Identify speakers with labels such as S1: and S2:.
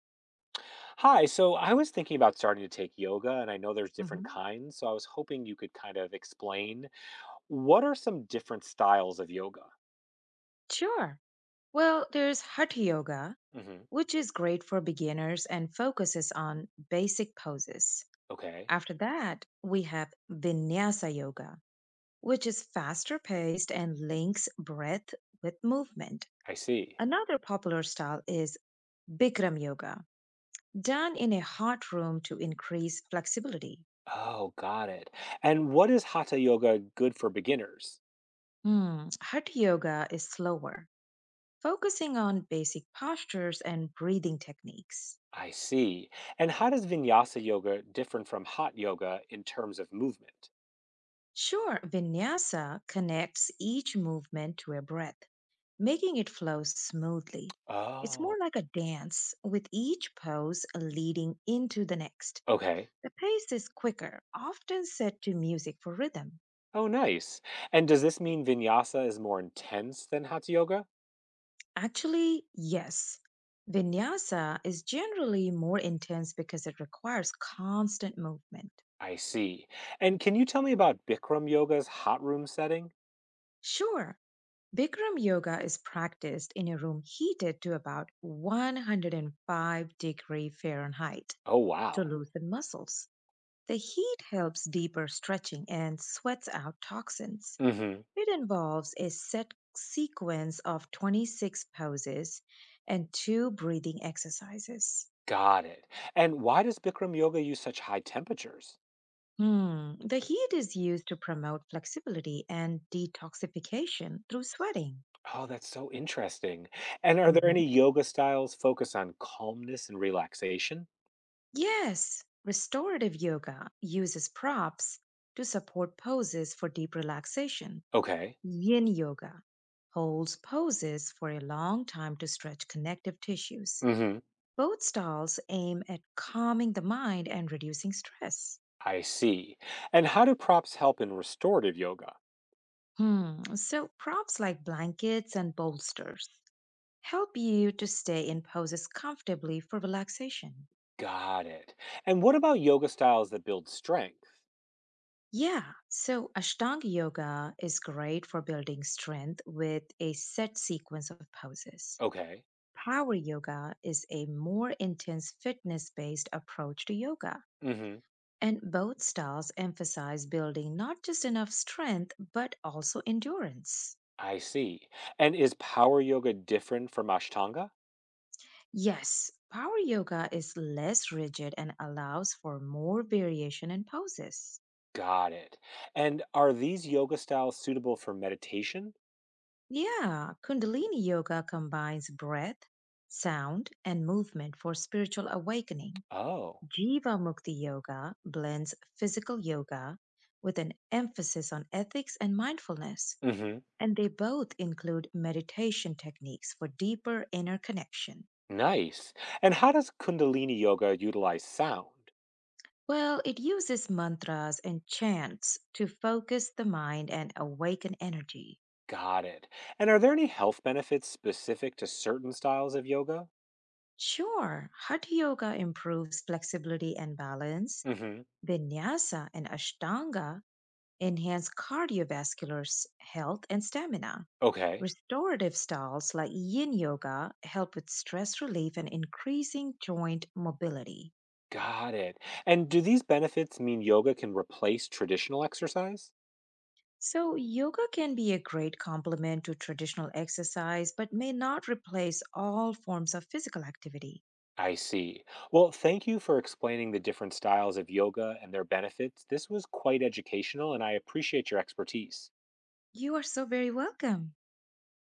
S1: Hi, so I was thinking about starting to take yoga, and I know there's different
S2: Mhm.
S1: kinds. So I was hoping you could kind of explain, what are some different styles of yoga?
S2: Sure. Well, there's Hatha Yoga,
S1: Hmm.
S2: which is great for beginners and focuses on basic poses.
S1: Okay.
S2: After that, we have Vinyasa Yoga, which is faster paced and links breath with movement.
S1: I see.
S2: Another popular style is Bikram Yoga, done in a hot room to increase flexibility.
S1: Oh, got it. And what is hatha yoga good for beginners?
S2: Hmm. Hatha Yoga is slower, focusing on basic postures and breathing techniques.
S1: I see. And how does vinyasa yoga different from hot yoga in terms of movement?
S2: Sure, vinyasa connects each movement to a breath, making it flow smoothly. It's
S1: Oh,
S2: more like a dance, with each pose leading into the next.
S1: okay.
S2: The pace is quicker, often set to music for rhythm.
S1: Oh, nice. And does this mean vinyasa is more intense than hatha yoga?
S2: Actually, yes. Vinyasa is generally more intense because it requires constant movement.
S1: I see. And can you tell me about Bikram Yoga's hot room setting?
S2: Sure, Bikram yoga is practiced in a room heated to about 105-degree Fahrenheit
S1: Oh,
S2: to
S1: wow.
S2: loosen muscles. The heat helps deeper stretching and sweats out toxins.
S1: Mm-hmm.
S2: It involves a set sequence of 26 poses and two breathing exercises.
S1: Got it. And why does Bikram Yoga use such high temperatures?
S2: Hmm. The heat is used to promote flexibility and detoxification through sweating.
S1: Oh, that's so interesting. And are there
S2: Mhm.
S1: any yoga styles focused on calmness and relaxation?
S2: Yes, restorative yoga uses props to support poses for deep relaxation.
S1: Okay.
S2: Yin yoga holds poses for a long time to stretch connective tissues.
S1: Mm-hmm.
S2: Both styles aim at calming the mind and reducing stress.
S1: I see. And how do props help in restorative yoga?
S2: So props like blankets and bolsters help you to stay in poses comfortably for relaxation.
S1: Got it. And what about yoga styles that build strength?
S2: Yeah, so Ashtanga yoga is great for building strength with a set sequence of poses.
S1: Okay.
S2: Power yoga is a more intense fitness based approach to yoga.
S1: Mm-hmm.
S2: And both styles emphasize building not just enough strength, but also endurance.
S1: I see. And is power yoga different from Ashtanga?
S2: Yes, power yoga is less rigid and allows for more variation in poses.
S1: Got it. And are these yoga styles suitable for meditation?
S2: Yeah, Kundalini yoga combines breath, sound, and movement for spiritual awakening.
S1: Oh.
S2: Jiva Mukti yoga blends physical yoga with an emphasis on ethics and mindfulness,
S1: Mhm.
S2: and they both include meditation techniques for deeper inner connection.
S1: Nice. And how does Kundalini yoga utilize sound?
S2: Well, it uses mantras and chants to focus the mind and awaken energy.
S1: Got it. And are there any health benefits specific to certain styles of yoga?
S2: Sure, Hatha Yoga improves flexibility and balance.
S1: Mhm.
S2: Vinyasa and Ashtanga enhance cardiovascular health and stamina.
S1: Okay.
S2: Restorative styles like Yin Yoga help with stress relief and increasing joint mobility.
S1: Got it. And do these benefits mean yoga can replace traditional exercise?
S2: So, yoga can be a great complement to traditional exercise, but may not replace all forms of physical activity.
S1: I see. Well, thank you for explaining the different styles of yoga and their benefits. This was quite educational, and I appreciate your expertise.
S2: You are so very welcome.